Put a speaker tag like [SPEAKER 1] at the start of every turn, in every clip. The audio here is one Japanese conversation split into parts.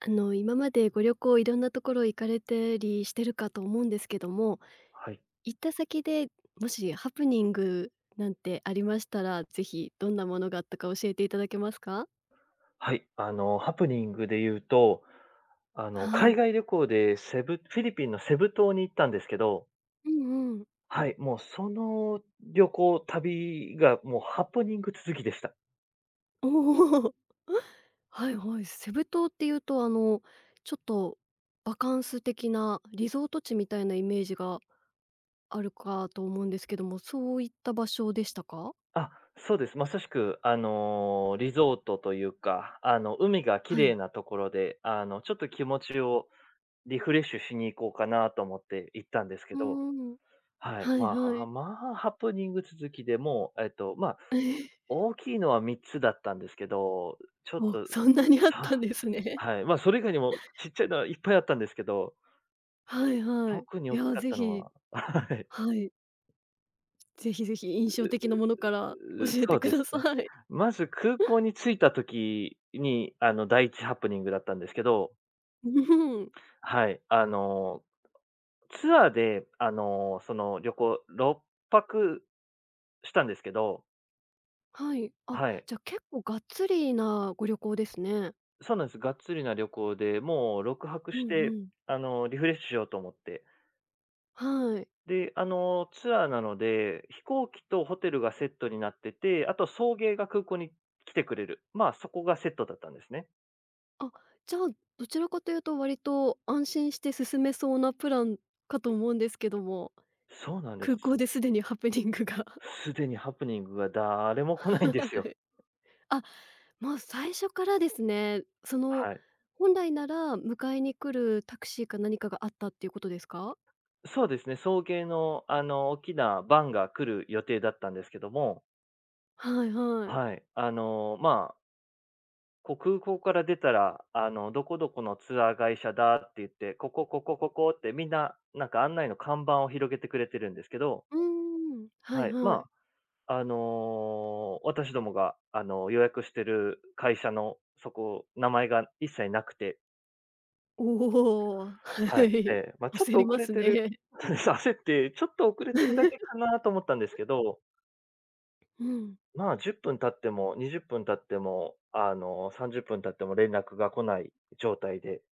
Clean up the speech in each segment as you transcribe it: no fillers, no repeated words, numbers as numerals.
[SPEAKER 1] 今までご旅行いろんなところ行かれたりしてるかと思うんですけども、
[SPEAKER 2] はい。
[SPEAKER 1] 行った先でもしハプニングなんてありましたら、ぜひどんなものがあったか教えていただけますか？
[SPEAKER 2] はい。ハプニングで言うと、
[SPEAKER 1] は
[SPEAKER 2] 海
[SPEAKER 1] い。
[SPEAKER 2] 外旅行でセブフィリピンのセブ島に行ったんですけど、
[SPEAKER 1] うんうん。
[SPEAKER 2] はい、もうその旅行、旅がもうハプニング続きでした。
[SPEAKER 1] おお。はいはい。セブ島っていうと、ちょっとバカンス的なリゾート地みたいなイメージがあるかと思うんですけども、そういった場所でしたか？
[SPEAKER 2] あ、そうです。まさしく、リゾートというか、海が綺
[SPEAKER 1] はい。
[SPEAKER 2] 麗なところで、ちょっと気持ちをリフレッシュしに行こうかなと思って行ったんですけ
[SPEAKER 1] う
[SPEAKER 2] ど、
[SPEAKER 1] んうん。
[SPEAKER 2] はい。
[SPEAKER 1] はい
[SPEAKER 2] ま
[SPEAKER 1] は
[SPEAKER 2] あ、
[SPEAKER 1] い。
[SPEAKER 2] まあ、ハプニング続きでもう、まあ、大きいのは3つだったんですけど、ちょっ
[SPEAKER 1] お、
[SPEAKER 2] と
[SPEAKER 1] そんなにあったん
[SPEAKER 2] あ、
[SPEAKER 1] ですね。
[SPEAKER 2] はい。まあ、それ以外にもちっちゃいのはいっぱいあったんですけど、
[SPEAKER 1] はいはい。
[SPEAKER 2] 特に
[SPEAKER 1] い
[SPEAKER 2] 大き
[SPEAKER 1] や、
[SPEAKER 2] かっ
[SPEAKER 1] ぜ
[SPEAKER 2] たの
[SPEAKER 1] ひ、
[SPEAKER 2] は はい。
[SPEAKER 1] はい、ぜひぜひ印象的なものから教え
[SPEAKER 2] そ
[SPEAKER 1] て
[SPEAKER 2] う
[SPEAKER 1] く
[SPEAKER 2] で
[SPEAKER 1] だ
[SPEAKER 2] す
[SPEAKER 1] さ
[SPEAKER 2] ね。
[SPEAKER 1] い。
[SPEAKER 2] まず空港に着いた時に、第一ハプニングだったんですけど、
[SPEAKER 1] うん、
[SPEAKER 2] はい、ツアーで、その旅行6泊したんですけど。
[SPEAKER 1] はい。あ、
[SPEAKER 2] はい。
[SPEAKER 1] じゃ、結構がっつりなご旅行ですね。
[SPEAKER 2] そうなんです。がっつりな旅行で、もう6泊
[SPEAKER 1] う
[SPEAKER 2] し
[SPEAKER 1] んう
[SPEAKER 2] て、
[SPEAKER 1] ん。
[SPEAKER 2] リフレッシュしようと思って。
[SPEAKER 1] はい。
[SPEAKER 2] で、ツアーなので、飛行機とホテルがセットになってて、あと送迎が空港に来てくれる。まあ、そこがセットだったんですね。
[SPEAKER 1] あ、じゃあ、どちらかというと割と安心して進めそうなプランかと思うんですけども、
[SPEAKER 2] そうなんです。
[SPEAKER 1] 空港ですでにハプニングが。
[SPEAKER 2] すでにハプニングが、誰も来ないん で
[SPEAKER 1] は
[SPEAKER 2] すよ。
[SPEAKER 1] い。あ、もう最初からですね。その、
[SPEAKER 2] はい。
[SPEAKER 1] 本来なら迎えに来るタクシーか何かがあったっていうことですか？
[SPEAKER 2] そうですね、送迎の、大きなバンが来る予定だったんですけども、
[SPEAKER 1] はいはい。
[SPEAKER 2] はい。こう空港から出たら、どこどこのツアー会社だって言って、ここ、ここ、ここってみんな、なんか案内の看板を広げてくれてるんですけど、
[SPEAKER 1] うーん、はい
[SPEAKER 2] はい。
[SPEAKER 1] はい。
[SPEAKER 2] 私どもが、予約してる会社の、そこ、名前が一切なくて、
[SPEAKER 1] おお、は
[SPEAKER 2] はい。
[SPEAKER 1] い。
[SPEAKER 2] まあ、ちょっ
[SPEAKER 1] 焦
[SPEAKER 2] と
[SPEAKER 1] り
[SPEAKER 2] 遅
[SPEAKER 1] ま
[SPEAKER 2] れ
[SPEAKER 1] す
[SPEAKER 2] てる。
[SPEAKER 1] ね。
[SPEAKER 2] そうです、焦って、ちょっと遅れてるだけか なと思ったんですけど、
[SPEAKER 1] うん。
[SPEAKER 2] まあ、10分経っても、20分経っても、30分経っても連絡が来ない状態で、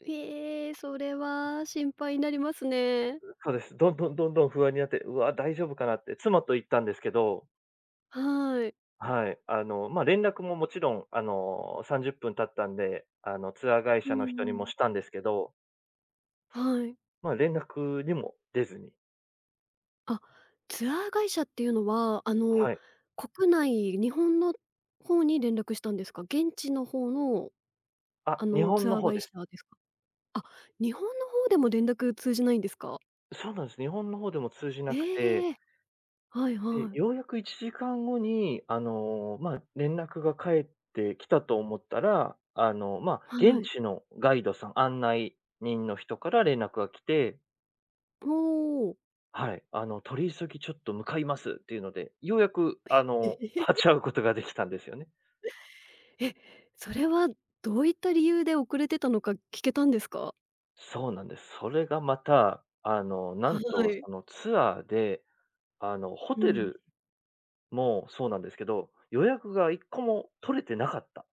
[SPEAKER 1] ええ、それは心配になりますね。
[SPEAKER 2] そうです。どんどんどんどん不安になって、うわ、大丈夫かなって妻と行ったんですけど、
[SPEAKER 1] はい。
[SPEAKER 2] はい、連絡ももちろん、30分経ったんで、ツアー会
[SPEAKER 1] う
[SPEAKER 2] 社の
[SPEAKER 1] ん
[SPEAKER 2] 人
[SPEAKER 1] う
[SPEAKER 2] にも
[SPEAKER 1] ん。
[SPEAKER 2] したんですけど、
[SPEAKER 1] はい。
[SPEAKER 2] まあ、連絡にも出ずに、
[SPEAKER 1] あ、ツアー会社っていうのは、
[SPEAKER 2] はい。
[SPEAKER 1] 国内、日本の方に連絡したんですか？現地の方の
[SPEAKER 2] あ、日本
[SPEAKER 1] ツ
[SPEAKER 2] の
[SPEAKER 1] アー
[SPEAKER 2] 方
[SPEAKER 1] 会
[SPEAKER 2] で
[SPEAKER 1] 社
[SPEAKER 2] す。
[SPEAKER 1] ですか？あ、日本の方でも連絡通じないんですか？
[SPEAKER 2] そうなんです。日本の方でも通じなく
[SPEAKER 1] え
[SPEAKER 2] て、
[SPEAKER 1] え。はい
[SPEAKER 2] で、
[SPEAKER 1] はい。
[SPEAKER 2] ようやく1時間後に、まあ、連絡が返ってきたと思ったら、まあ、
[SPEAKER 1] は
[SPEAKER 2] 現
[SPEAKER 1] い。
[SPEAKER 2] 地のガイドさん、案内人の人から連絡が来て、
[SPEAKER 1] おお。
[SPEAKER 2] はい、取り急ぎちょっと向かいますっていうので、ようやく、
[SPEAKER 1] え え。
[SPEAKER 2] 立ち会うことができたんですよね。
[SPEAKER 1] え、それはどういった理由で遅れてたのか聞けたんですか？
[SPEAKER 2] そうなんです。それがまた、な
[SPEAKER 1] は
[SPEAKER 2] んと
[SPEAKER 1] い。
[SPEAKER 2] そのツアーで、ホ
[SPEAKER 1] う
[SPEAKER 2] テ
[SPEAKER 1] ん。
[SPEAKER 2] ルもうそうなんですけど、予約が1個も取れてなかった。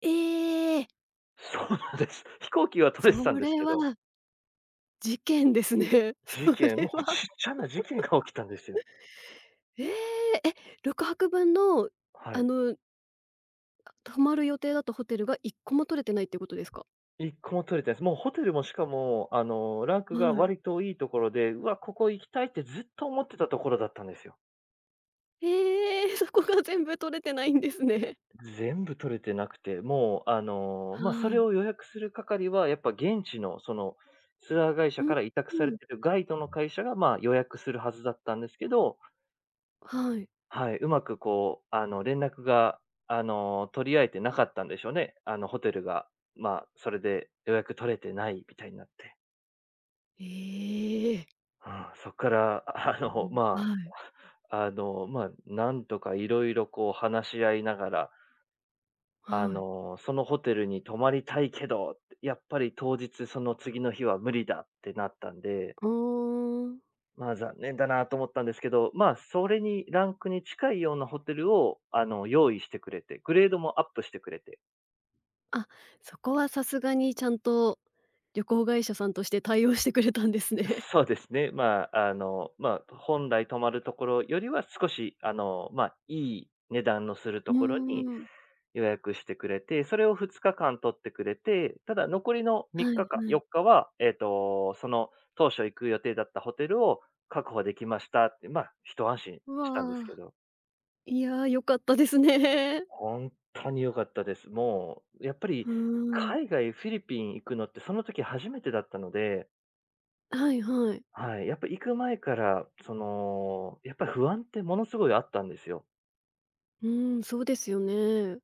[SPEAKER 1] ええ！
[SPEAKER 2] そうなんです。飛行機は取れて
[SPEAKER 1] そ
[SPEAKER 2] たんです
[SPEAKER 1] れ
[SPEAKER 2] けど、
[SPEAKER 1] は事件ですね。そ
[SPEAKER 2] 事件、
[SPEAKER 1] れ
[SPEAKER 2] もう
[SPEAKER 1] は。
[SPEAKER 2] ちっちゃな事件が起きたんですよ。
[SPEAKER 1] ええ、え、6泊分の、
[SPEAKER 2] は
[SPEAKER 1] あ
[SPEAKER 2] い。
[SPEAKER 1] の、泊まる予定だったホテルが1個も取れてないってことですか？
[SPEAKER 2] 1個も取れてないです。もうホテルもしかも、ランクが
[SPEAKER 1] はい。
[SPEAKER 2] 割といいところで、うわ、ここ行きたいってずっと思ってたところだったんですよ。
[SPEAKER 1] ええ、そこが全部取れてないんですね。
[SPEAKER 2] 全部取れてなくて、もう、
[SPEAKER 1] は
[SPEAKER 2] それ
[SPEAKER 1] い。
[SPEAKER 2] を予約する係は、やっぱ現地のその、ツアー会
[SPEAKER 1] う
[SPEAKER 2] 社
[SPEAKER 1] ん、
[SPEAKER 2] から委託さ
[SPEAKER 1] う
[SPEAKER 2] れ
[SPEAKER 1] ん、
[SPEAKER 2] てるガイドの会社が、まあ、予約するはずだったんですけど、
[SPEAKER 1] はい。
[SPEAKER 2] はい、うまくこう、連絡が、取り合えてなかったんでしょうね。ホテルが、まあ、それで予約取れてないみたいになって。
[SPEAKER 1] ええ。
[SPEAKER 2] うん、そこから、あの、ま
[SPEAKER 1] はい、
[SPEAKER 2] なんとかいろいろこう話し合いながら、
[SPEAKER 1] はい。
[SPEAKER 2] そのホテルに泊まりたいけど、やっぱり当日、その次の日は無理だってなったんで、
[SPEAKER 1] ああ。
[SPEAKER 2] まあ残念だなと思ったんですけど、まあそれにランクに近いようなホテルを用意してくれて、グレードもアップしてくれて、
[SPEAKER 1] あ、そこはさすがにちゃんと旅行会社さんとして対応してくれたんですね。
[SPEAKER 2] そうですね。まあ、本来泊まるところよりは少し、まあ、いい値段のする
[SPEAKER 1] う
[SPEAKER 2] ところに
[SPEAKER 1] ーん。
[SPEAKER 2] 予約してくれて、それを2日間取ってくれて、ただ残りの
[SPEAKER 1] は
[SPEAKER 2] 3
[SPEAKER 1] い
[SPEAKER 2] 日か
[SPEAKER 1] はい。
[SPEAKER 2] 4日は、その当初行く予定だったホテルを確保できましたって、まあ、一安心
[SPEAKER 1] う
[SPEAKER 2] したんですけ
[SPEAKER 1] わ、
[SPEAKER 2] ど、
[SPEAKER 1] いや、良かったですね。
[SPEAKER 2] 本当に良かったです。もう、やっぱ
[SPEAKER 1] う
[SPEAKER 2] り
[SPEAKER 1] ーん。
[SPEAKER 2] 海外、フィリピン行くのってその時初めてだったので、
[SPEAKER 1] はいはい。
[SPEAKER 2] はい。やっぱ行く前から、やっぱり不安ってものすごいあったんですよ。
[SPEAKER 1] うーん、そうですよね。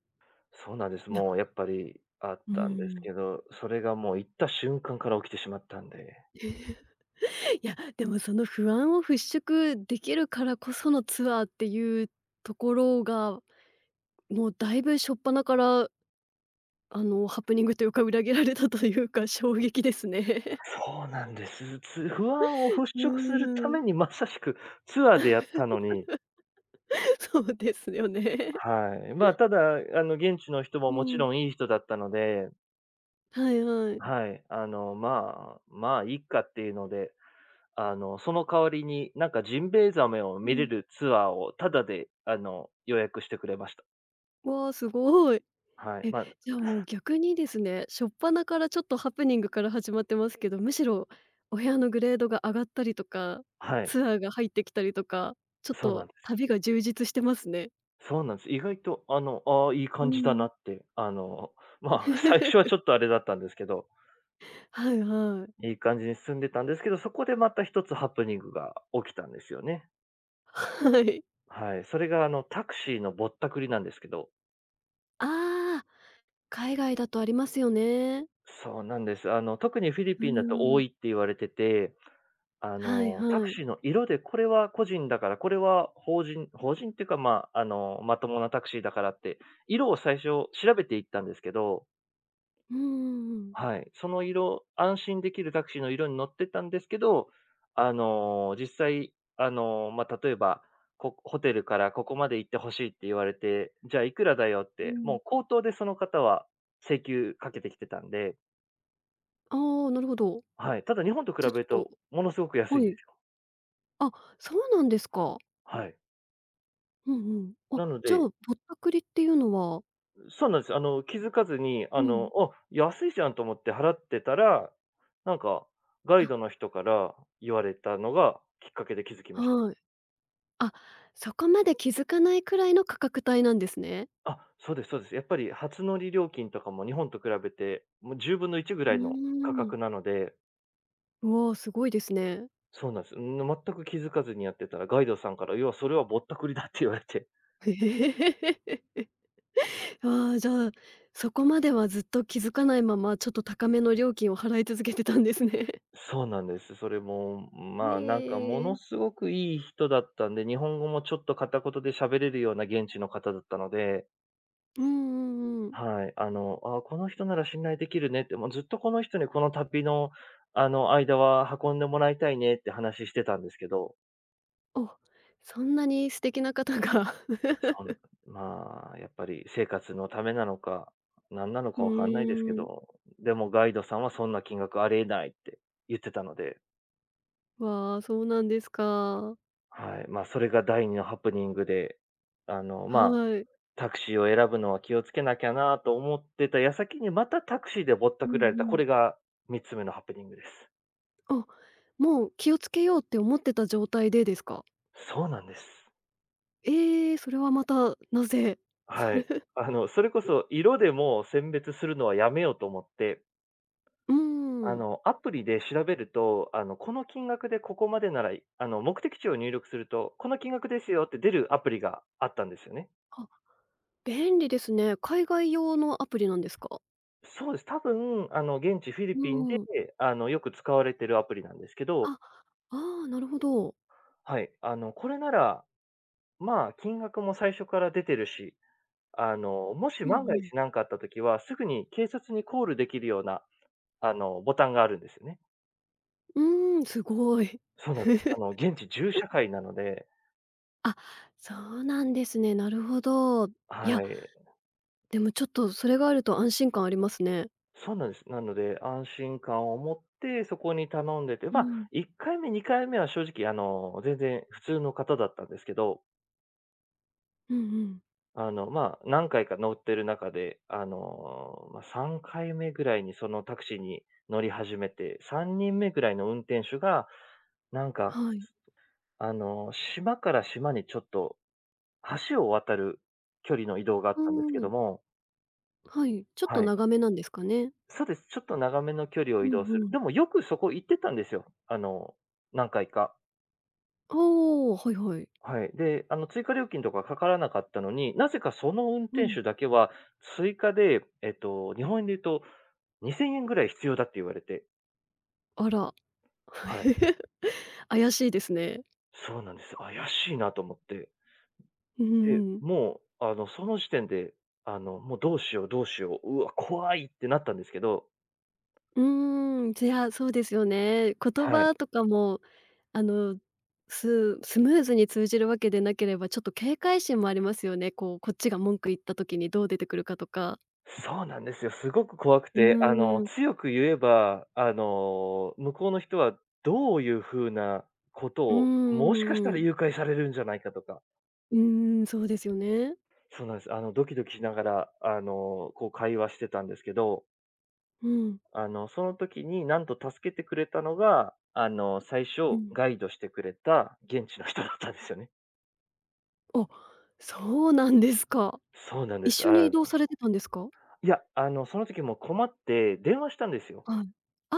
[SPEAKER 2] そうなんです。
[SPEAKER 1] いや、
[SPEAKER 2] もうやっぱりあっ
[SPEAKER 1] うー
[SPEAKER 2] たんです
[SPEAKER 1] ん。
[SPEAKER 2] けど、それがもう行った瞬間から起きてしまったんで。
[SPEAKER 1] いや、でもその不安を払拭できるからこそのツアーっていうところが、もうだいぶ初っ端からハプニングというか、裏切られたというか、衝撃ですね。
[SPEAKER 2] そうなんです。不安を払
[SPEAKER 1] う
[SPEAKER 2] 拭するた
[SPEAKER 1] ーん、
[SPEAKER 2] めにまさしくツアーでやったのに、
[SPEAKER 1] そうですよね。
[SPEAKER 2] はい。まあ、ただ、現地の人も
[SPEAKER 1] う
[SPEAKER 2] もち
[SPEAKER 1] ん、
[SPEAKER 2] ろんいい人だったので、
[SPEAKER 1] はいはい。
[SPEAKER 2] はい。まあ、いいかっていうので、その代わりに、なんかジンベエザメを
[SPEAKER 1] う
[SPEAKER 2] 見れ
[SPEAKER 1] ん。
[SPEAKER 2] るツアーをタダで、予約してくれました。
[SPEAKER 1] わ、すごい。
[SPEAKER 2] はい。
[SPEAKER 1] え、じゃあもう逆にですね、初っ端からちょっとハプニングから始まってますけど、むしろお部屋のグレードが上がったりとか、
[SPEAKER 2] はい。
[SPEAKER 1] ツアーが入ってきたりとか、ちょっ
[SPEAKER 2] そうな
[SPEAKER 1] と
[SPEAKER 2] んです。
[SPEAKER 1] 旅が充実してますね。
[SPEAKER 2] そうなんです。意外と、ああ、いい
[SPEAKER 1] う
[SPEAKER 2] 感じだな
[SPEAKER 1] ん。
[SPEAKER 2] って、最初はちょ っとあれだったんですけど、
[SPEAKER 1] はいはい。
[SPEAKER 2] いい感じに進んでたんですけど、そこでまた一つハプニングが起きたんですよね。
[SPEAKER 1] はい。
[SPEAKER 2] はい。それが、タクシーのぼったくりなんですけど。
[SPEAKER 1] ああ、海外だとありますよね。
[SPEAKER 2] そうなんです。特にフィリ
[SPEAKER 1] うー
[SPEAKER 2] ピンだと多
[SPEAKER 1] ん、
[SPEAKER 2] いって言われて、て
[SPEAKER 1] はい
[SPEAKER 2] タ
[SPEAKER 1] は
[SPEAKER 2] ク
[SPEAKER 1] い。
[SPEAKER 2] シーの色で、これは個人だから、これは法人、法人っていうか、まあ、まともなタクシーだからって、色を最初調べていったんですけど、
[SPEAKER 1] うんうんうん。
[SPEAKER 2] はい、その色安心できるタクシーの色に乗ってたんですけど、実際、例えば、ホテルからここまで行ってほしいって言われて、じゃあいくらだよっ
[SPEAKER 1] う
[SPEAKER 2] て、
[SPEAKER 1] ん。
[SPEAKER 2] もう口頭でその方は請求かけてきてたんで、
[SPEAKER 1] ああ、なるほど。
[SPEAKER 2] はい、ただ日本と比
[SPEAKER 1] じ
[SPEAKER 2] べ
[SPEAKER 1] ゃ、ちょ
[SPEAKER 2] る
[SPEAKER 1] っと
[SPEAKER 2] とものすごく安いん
[SPEAKER 1] は
[SPEAKER 2] で
[SPEAKER 1] い。
[SPEAKER 2] すよ。
[SPEAKER 1] あ、そうなんですか。
[SPEAKER 2] はい。
[SPEAKER 1] うんうん。あ、
[SPEAKER 2] なの
[SPEAKER 1] じゃあ、ぼ
[SPEAKER 2] で、
[SPEAKER 1] ったくりっていうのは
[SPEAKER 2] そうなんです。気づかずに、
[SPEAKER 1] うん。
[SPEAKER 2] あ、安いじゃんと思って払ってたら、なんか、ガイドの
[SPEAKER 1] あ、
[SPEAKER 2] 人から言われたのがきっかけで気づきました。
[SPEAKER 1] はい。あ、そこまで気づかないくらいの価格帯なんですね。
[SPEAKER 2] あ、そうですそうです。やっぱり初乗り料金とかも日本と比べて、もう10分の1ぐ
[SPEAKER 1] う
[SPEAKER 2] らいの価
[SPEAKER 1] ーん。
[SPEAKER 2] 格なので、
[SPEAKER 1] うわ、すごいですね。
[SPEAKER 2] そうなんです。全く気づかずにやってたら、ガイドさんから、要はそれはぼったくりだって言われて。
[SPEAKER 1] ああ、じゃあ、そこまではずっと気づかないまま、ちょっと高めの料金を払い続けてたんですね。
[SPEAKER 2] そうなんです。それも、まあなんかも
[SPEAKER 1] ええ。
[SPEAKER 2] のすごくいい人だったんで、日本語もちょっと片言で喋れるような現地の方だったので、
[SPEAKER 1] うんうんうん。
[SPEAKER 2] はい。この人なら信頼できるねって、もうずっとこの人にこの旅の、間は運んでもらいたいねって話してたんですけど、
[SPEAKER 1] あ、そんなに素敵な方が。
[SPEAKER 2] そんまあ、やっぱり生活のためなのか、なんなの
[SPEAKER 1] う
[SPEAKER 2] かわかんないですけ
[SPEAKER 1] ーん。
[SPEAKER 2] ど、でもガイドさんはそんな金額ありえないって言ってたので、
[SPEAKER 1] わあ、そうなんですか。
[SPEAKER 2] はい。まあ、それが第二のハプニングで、あの、まあ、
[SPEAKER 1] はい。
[SPEAKER 2] タクシーを選ぶのは気をつけなきゃなと思ってた矢先にまたタクシーでぼった
[SPEAKER 1] うん
[SPEAKER 2] くられた。
[SPEAKER 1] う
[SPEAKER 2] こ
[SPEAKER 1] ん。
[SPEAKER 2] れが三つ目のハプニングです。
[SPEAKER 1] あ、もう気をつけようって思ってた状態でですか？
[SPEAKER 2] そうなんです。
[SPEAKER 1] ええ、それはまたなぜ？
[SPEAKER 2] はい。あの、それこそ色でもう選別するのはやめようと思って、
[SPEAKER 1] うー
[SPEAKER 2] あ
[SPEAKER 1] ん。
[SPEAKER 2] の、アプリで調べると、あの、この金額でここまでなら、あの、目的地を入力すると、この金額ですよって出るアプリがあったんですよね。
[SPEAKER 1] あ、便利ですね。海外用のアプリなんですか？
[SPEAKER 2] そうです。多分、あの、現地フィリ
[SPEAKER 1] う
[SPEAKER 2] ピン
[SPEAKER 1] ーん。
[SPEAKER 2] で、あの、よく使われてるアプリなんですけど、
[SPEAKER 1] あ、ああ、なるほど。
[SPEAKER 2] はい。あの、これなら、まあ、金額も最初から出てるし、あの、もし
[SPEAKER 1] うん
[SPEAKER 2] 万
[SPEAKER 1] う
[SPEAKER 2] が
[SPEAKER 1] ん。
[SPEAKER 2] 一何かあったときは、すぐに警察にコールできるような、あの、ボタンがあるんですよね。
[SPEAKER 1] うーん、すごい。
[SPEAKER 2] そうなんです。あの、現地銃社会なので、
[SPEAKER 1] あ、そうなんですね。なるほど。いや、
[SPEAKER 2] はい。
[SPEAKER 1] でもちょっとそれがあると安心感ありますね。
[SPEAKER 2] そうなんです。なので、安心感を持ってそこに頼んでて、
[SPEAKER 1] う
[SPEAKER 2] まあ、
[SPEAKER 1] ん。
[SPEAKER 2] 1回目、2回目は正直、あの、全然普通の方だったんですけど、
[SPEAKER 1] うんうん。
[SPEAKER 2] あの、まあ、何回か乗ってる中で、3回目ぐらいにそのタクシーに乗り始めて、3人目ぐらいの運転手が、なんか、
[SPEAKER 1] はい。
[SPEAKER 2] あの、島から島にちょっと橋を渡る距離の移動があっ
[SPEAKER 1] う
[SPEAKER 2] たんですけ
[SPEAKER 1] ー
[SPEAKER 2] ど
[SPEAKER 1] ん。
[SPEAKER 2] も、
[SPEAKER 1] はい、ちょっと
[SPEAKER 2] はい。
[SPEAKER 1] 長めなんですかね？
[SPEAKER 2] そうです。ちょっと長めの距離を
[SPEAKER 1] う
[SPEAKER 2] 移
[SPEAKER 1] ん
[SPEAKER 2] 動する。
[SPEAKER 1] うん。
[SPEAKER 2] でもよくそこ行ってたんですよ。あの、何回か。
[SPEAKER 1] おお、はいはい。
[SPEAKER 2] はい。で、あの、追加料金とかかからなかったのに、なぜかその運
[SPEAKER 1] う
[SPEAKER 2] 転
[SPEAKER 1] ん。
[SPEAKER 2] 手だけは、追加で、日本円で言うと、2000円ぐらい必要だって言われて。
[SPEAKER 1] あら。
[SPEAKER 2] はい。
[SPEAKER 1] 怪しいですね。
[SPEAKER 2] そうなんです。あ、怪しいなと思って。
[SPEAKER 1] うんう
[SPEAKER 2] で、
[SPEAKER 1] んうん。
[SPEAKER 2] もう、あの、その時点で、あの、もうどうしよう、どうしよう、うわ、怖いってなったんですけど。
[SPEAKER 1] うーん、じゃあ、そうですよね。言
[SPEAKER 2] はい。
[SPEAKER 1] 葉とかも、あの、ムーズに通じるわけでなければ、ちょっと警戒心もありますよね。こう、こっちが文句言った時にどう出てくるかとか。
[SPEAKER 2] そうなんですよ。すごく怖く
[SPEAKER 1] う
[SPEAKER 2] て、あ
[SPEAKER 1] ー
[SPEAKER 2] の、
[SPEAKER 1] ん。
[SPEAKER 2] 強く言えば、あの、向こうの人はどういう風なこと
[SPEAKER 1] うー
[SPEAKER 2] を、もしかした
[SPEAKER 1] ん、う
[SPEAKER 2] ら
[SPEAKER 1] ん。
[SPEAKER 2] 誘拐されるんじゃないかとか、
[SPEAKER 1] うーん、そうですよね。
[SPEAKER 2] そうなんです。あの、ドキドキしながら、あの、こう会話してたんですけど、
[SPEAKER 1] うん、
[SPEAKER 2] あの、その時になんと助けてくれたのが、あの、最
[SPEAKER 1] う
[SPEAKER 2] 初
[SPEAKER 1] ん。
[SPEAKER 2] ガイドしてくれた現地の人だったんですよね。
[SPEAKER 1] あ、そうなんですか。
[SPEAKER 2] そうなんで
[SPEAKER 1] 一
[SPEAKER 2] す。
[SPEAKER 1] 緒に移
[SPEAKER 2] あ、
[SPEAKER 1] 動されてたんですか？
[SPEAKER 2] いや、あの、その時もう困って電話したんですよ。
[SPEAKER 1] はい。あ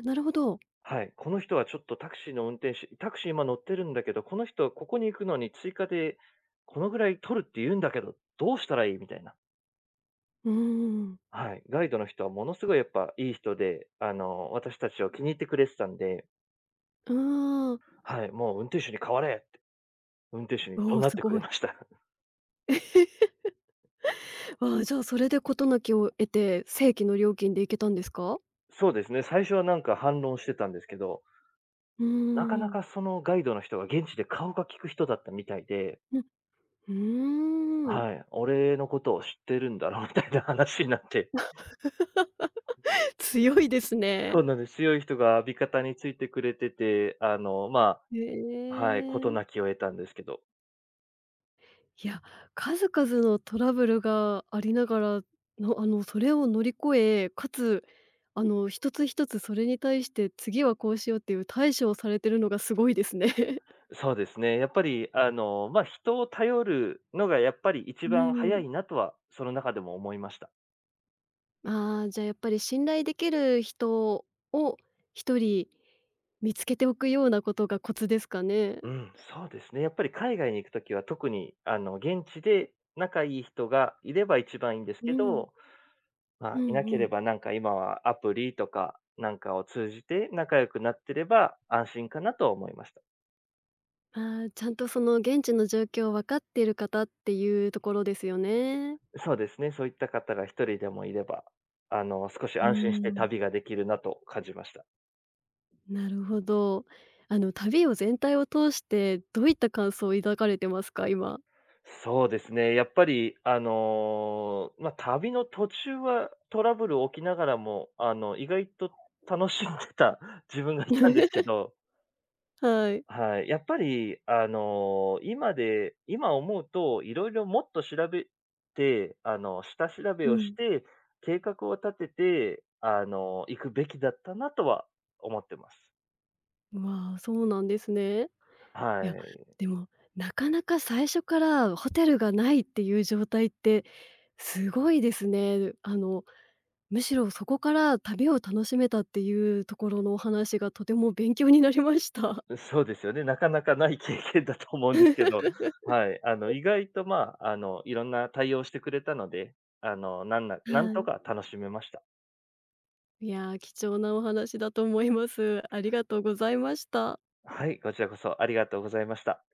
[SPEAKER 1] あ、なるほど。
[SPEAKER 2] はい、この人はちょっとタクシー今乗ってるんだけど、この人はここに行くのに追加でこのぐらい取るって言うんだけど、どうしたらいい？みたいな。
[SPEAKER 1] うーん。
[SPEAKER 2] はい、ガイドの人はものすごいやっぱいい人で、あの、私たちを気に入ってくれてたんで、
[SPEAKER 1] うーん。
[SPEAKER 2] はい、もう運転手に代われって、運転手に
[SPEAKER 1] お
[SPEAKER 2] 怒
[SPEAKER 1] お、
[SPEAKER 2] 鳴っ
[SPEAKER 1] す
[SPEAKER 2] てく
[SPEAKER 1] ご
[SPEAKER 2] れ
[SPEAKER 1] い。
[SPEAKER 2] ました。
[SPEAKER 1] ああ、じゃあ、それで事なきを得て、正規の料金で行けたんですか？
[SPEAKER 2] そうですね、最初はなんか反論してたんですけど、
[SPEAKER 1] うー
[SPEAKER 2] なかな
[SPEAKER 1] ん。
[SPEAKER 2] かそのガイドの人が現地で顔が利く人だったみたいで、
[SPEAKER 1] うん。うーん。
[SPEAKER 2] はい、俺のことを知ってるんだろうみたいな話になって。
[SPEAKER 1] 強いです
[SPEAKER 2] そ
[SPEAKER 1] ね。
[SPEAKER 2] うなんです。強い人が味方についてくれてて、
[SPEAKER 1] へ
[SPEAKER 2] はい、
[SPEAKER 1] え。
[SPEAKER 2] 事なきを得たんですけど。
[SPEAKER 1] いや、数々のトラブルがありながらの、それを乗り越え、かつ、一つ一つそれに対して、次はこうしようっていう対処をされてるのがすごいですね。
[SPEAKER 2] そうですね。やっぱり、人を頼るのがやっぱり一
[SPEAKER 1] う
[SPEAKER 2] 番早
[SPEAKER 1] ん。
[SPEAKER 2] いなとは、その中でも思いました。
[SPEAKER 1] ああ、じゃあ、やっぱり信頼できる人を一人見つけておくようなことがコツですかね？
[SPEAKER 2] うん、そうですね。やっぱり海外に行くときは特に、あの、現地で仲いい人がいれば一番いいんです
[SPEAKER 1] う
[SPEAKER 2] け
[SPEAKER 1] ん、
[SPEAKER 2] ど、ま
[SPEAKER 1] う
[SPEAKER 2] あ、
[SPEAKER 1] ん
[SPEAKER 2] いなけ
[SPEAKER 1] う
[SPEAKER 2] れ
[SPEAKER 1] ん。
[SPEAKER 2] ばなんか今はアプリとかなんかを通じて仲良くなってれば安心かなとは思いました。
[SPEAKER 1] あーちゃんとその現地の状況を分かっている方っていうところですよね。
[SPEAKER 2] そうですね、そういった方が一人でもいれば、あの、少し
[SPEAKER 1] う
[SPEAKER 2] 安心して
[SPEAKER 1] ん。
[SPEAKER 2] 旅ができるなと感じました。
[SPEAKER 1] なるほど。旅を全体を通してどういった感想を抱かれてますか？今。
[SPEAKER 2] そうですね、やっぱり、旅の途中はトラブル起きながらも、あの、意外と楽しんでた 自分がいたんですけ ど、
[SPEAKER 1] はい。
[SPEAKER 2] はい、やっぱり、あの、今思うと、色々もっと調べて、あの、下調べ
[SPEAKER 1] う
[SPEAKER 2] をし
[SPEAKER 1] ん。
[SPEAKER 2] て、計画を立てて、あの、行くべきだったなとは思ってます。
[SPEAKER 1] まあ、そうなんですね。いや、
[SPEAKER 2] はい。
[SPEAKER 1] でも、なかなか最初からホテルがないっていう状態ってすごいですね。むしろそこから旅を楽しめたっていうところのお話がとても勉強になりました。
[SPEAKER 2] そうですよね。なかなかない経験だと思うんですけど、はい。あの、意外と、まあ、あの、いろんな対応してくれたので、あの、なんななん
[SPEAKER 1] は
[SPEAKER 2] とか
[SPEAKER 1] い。
[SPEAKER 2] 楽しめました。
[SPEAKER 1] いや、貴重なお話だと思います。ありがとうございました。
[SPEAKER 2] はい、こちらこそありがとうございました。